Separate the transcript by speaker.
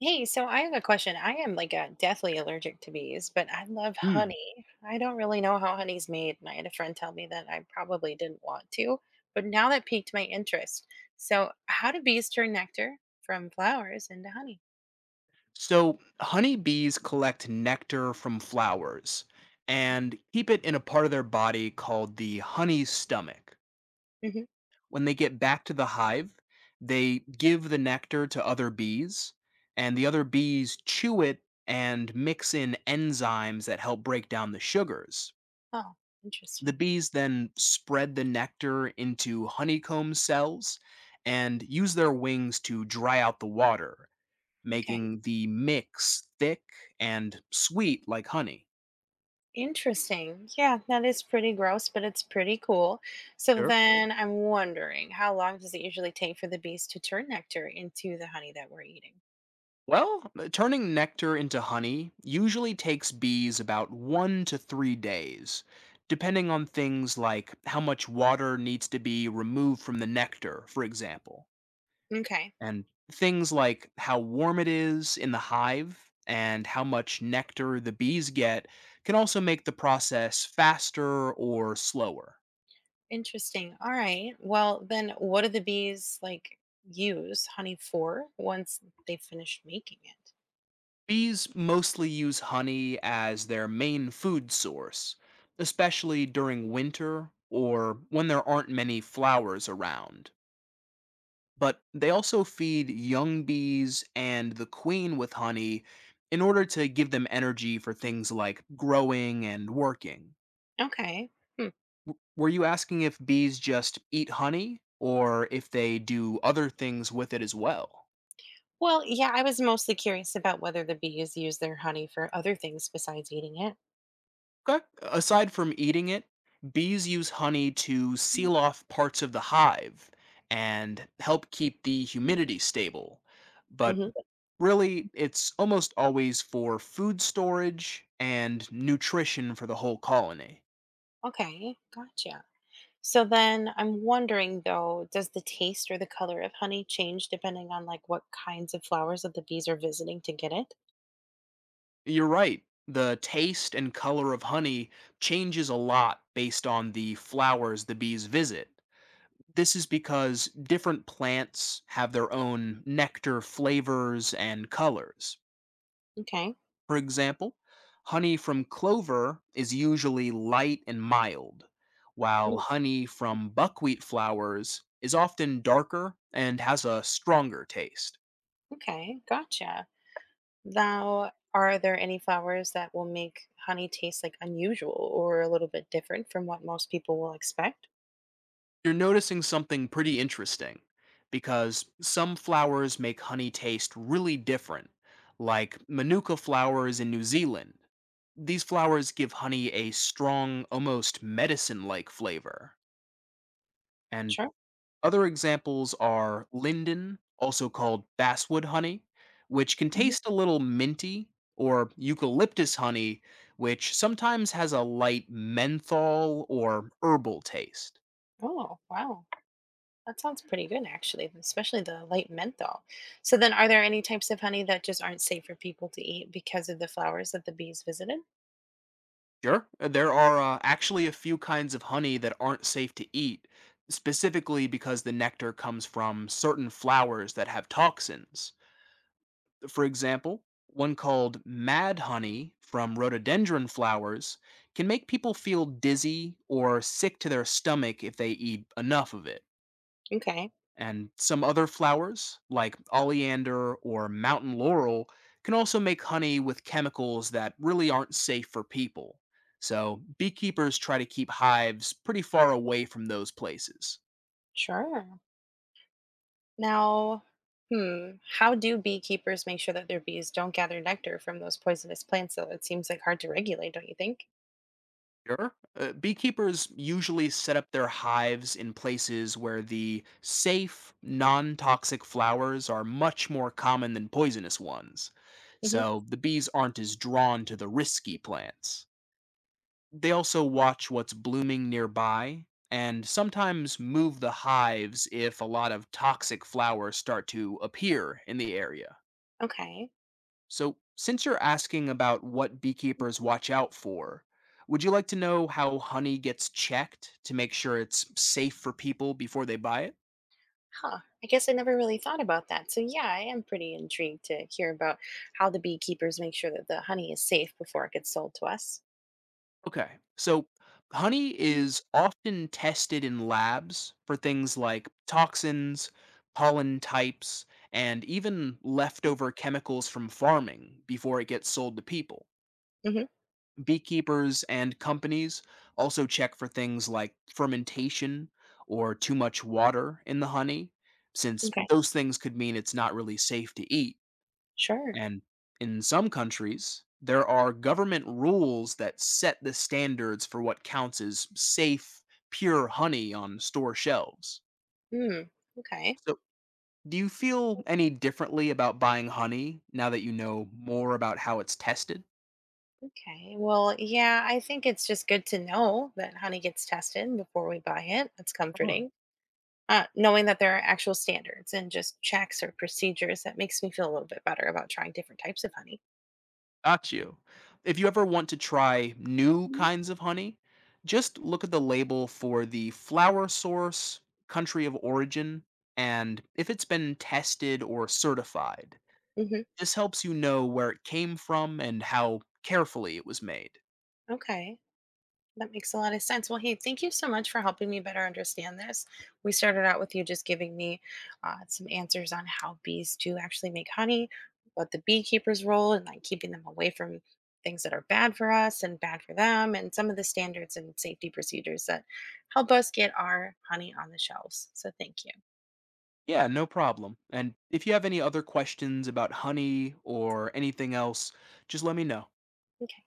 Speaker 1: Hey, so I have a question. I am like a deathly allergic to bees, but I love
Speaker 2: Mm.
Speaker 1: honey. I don't really know how honey's made, and I had a friend tell me that I probably didn't want to, but now that piqued my interest. So, how do bees turn nectar from flowers into honey?
Speaker 2: So, honeybees collect nectar from flowers and keep it in a part of their body called the honey stomach.
Speaker 1: Hmm.
Speaker 2: When they get back to the hive, they give the nectar to other bees, and the other bees chew it and mix in enzymes that help break down the sugars.
Speaker 1: Oh,
Speaker 2: The
Speaker 1: interesting.
Speaker 2: bees then spread the nectar into honeycomb cells and use their wings to dry out the water,
Speaker 1: Okay.
Speaker 2: making the mix thick and sweet like honey.
Speaker 1: Interesting. Yeah, that is pretty gross, but it's pretty cool. So
Speaker 2: Sure.
Speaker 1: then I'm wondering, how long does it usually take for the bees to turn nectar into the honey that we're eating?
Speaker 2: Well, turning nectar into honey usually takes bees about 1 to 3 days, depending on things like how much water needs to be removed from the nectar, for example,
Speaker 1: Okay.
Speaker 2: and things like how warm it is in the hive and how much nectar the bees get can also make the process faster or slower.
Speaker 1: Interesting. All right. Well, then what do the bees like use honey for once they finish making it?
Speaker 2: Bees mostly use honey as their main food source, especially during winter or when there aren't many flowers around. But they also feed young bees and the queen with honey in order to give them energy for things like growing and working.
Speaker 1: Okay. Hmm.
Speaker 2: Were you asking if bees just eat honey or if they do other things with it as well?
Speaker 1: Well, yeah, I was mostly curious about whether the bees use their honey for other things besides eating it.
Speaker 2: Okay. Aside from eating it, bees use honey to seal off parts of the hive and help keep the humidity stable. But
Speaker 1: Hmm.
Speaker 2: really, it's almost always for food storage and nutrition for the whole colony.
Speaker 1: Okay, gotcha. So then I'm wondering though, does the taste or the color of honey change depending on like what kinds of flowers that the bees are visiting to get it?
Speaker 2: You're right. The taste and color of honey changes a lot based on the flowers the bees visit. This is because different plants have their own nectar flavors and colors.
Speaker 1: Okay.
Speaker 2: For example, honey from clover is usually light and mild, while
Speaker 1: Mm.
Speaker 2: honey from buckwheat flowers is often darker and has a stronger taste.
Speaker 1: Okay, gotcha. Now, are there any flowers that will make honey taste like unusual or a little bit different from what most people will expect?
Speaker 2: You're noticing something pretty interesting because some flowers make honey taste really different, like manuka flowers in New Zealand. These flowers give honey a strong, almost medicine like flavor. And
Speaker 1: Sure.
Speaker 2: other examples are linden, also called basswood honey, which can
Speaker 1: Mhm.
Speaker 2: taste a little minty, or eucalyptus honey, which sometimes has a light menthol or herbal taste.
Speaker 1: Oh, wow. That sounds pretty good, actually, especially the light menthol. So, then are there any types of honey that just aren't safe for people to eat because of the flowers that the bees visited?
Speaker 2: Sure, there are actually a few kinds of honey that aren't safe to eat, specifically because the nectar comes from certain flowers that have toxins. For example, one called Mad Honey from rhododendron flowers can make people feel dizzy or sick to their stomach if they eat enough of it.
Speaker 1: Okay,
Speaker 2: And some other flowers, like oleander or mountain laurel, can also make honey with chemicals that really aren't safe for people. So, beekeepers try to keep hives pretty far away from those places.
Speaker 1: sure. Now, hmm, how do beekeepers make sure that their bees don't gather nectar from those poisonous plants, though? It seems like hard to regulate, don't you think?
Speaker 2: Sure. Beekeepers usually set up their hives in places where the safe, non toxic flowers are much more common than poisonous ones,
Speaker 1: Hmm.
Speaker 2: so the bees aren't as drawn to the risky plants. They also watch what's blooming nearby and sometimes move the hives if a lot of toxic flowers start to appear in the area.
Speaker 1: Okay.
Speaker 2: So, since you're asking about what beekeepers watch out for, would you like to know how honey gets checked to make sure it's safe for people before they buy it?
Speaker 1: Huh. I guess I never really thought about that. So, yeah, I am pretty intrigued to hear about how the beekeepers make sure that the honey is safe before it gets sold to us.
Speaker 2: Okay. So, honey is often tested in labs for things like toxins, pollen types, and even leftover chemicals from farming before it gets sold to people.
Speaker 1: Mm-hmm.
Speaker 2: Beekeepers and companies also check for things like fermentation or too much water in the honey, since
Speaker 1: Okay.
Speaker 2: those things could mean it's not really safe to eat.
Speaker 1: Sure.
Speaker 2: And in some countries, there are government rules that set the standards for what counts as safe, pure honey on store shelves.
Speaker 1: Hmm. Okay.
Speaker 2: So, do you feel any differently about buying honey now that you know more about how it's tested?
Speaker 1: Okay. Well, yeah, I think it's just good to know that honey gets tested before we buy it. That's
Speaker 2: Huh.
Speaker 1: comforting. Knowing that there are actual standards and just checks or procedures that makes me feel a little bit better about trying different types of honey.
Speaker 2: Got you. If you ever want to try new kinds of honey, just look at the label for the flower source, country of origin, and if it's been tested or certified.
Speaker 1: Hmm.
Speaker 2: This helps you know where it came from and how carefully it was made.
Speaker 1: Okay. That makes a lot of sense. Well, hey, thank you so much for helping me better understand this. We started out with you just giving me some answers on how bees do actually make honey, what the beekeeper's role, and like keeping them away from things that are bad for us and bad for them, and some of the standards and safety procedures that help us get our honey on the shelves. So, thank you.
Speaker 2: Yeah, no problem. And if you have any other questions about honey or anything else, just let me know.
Speaker 1: Okay.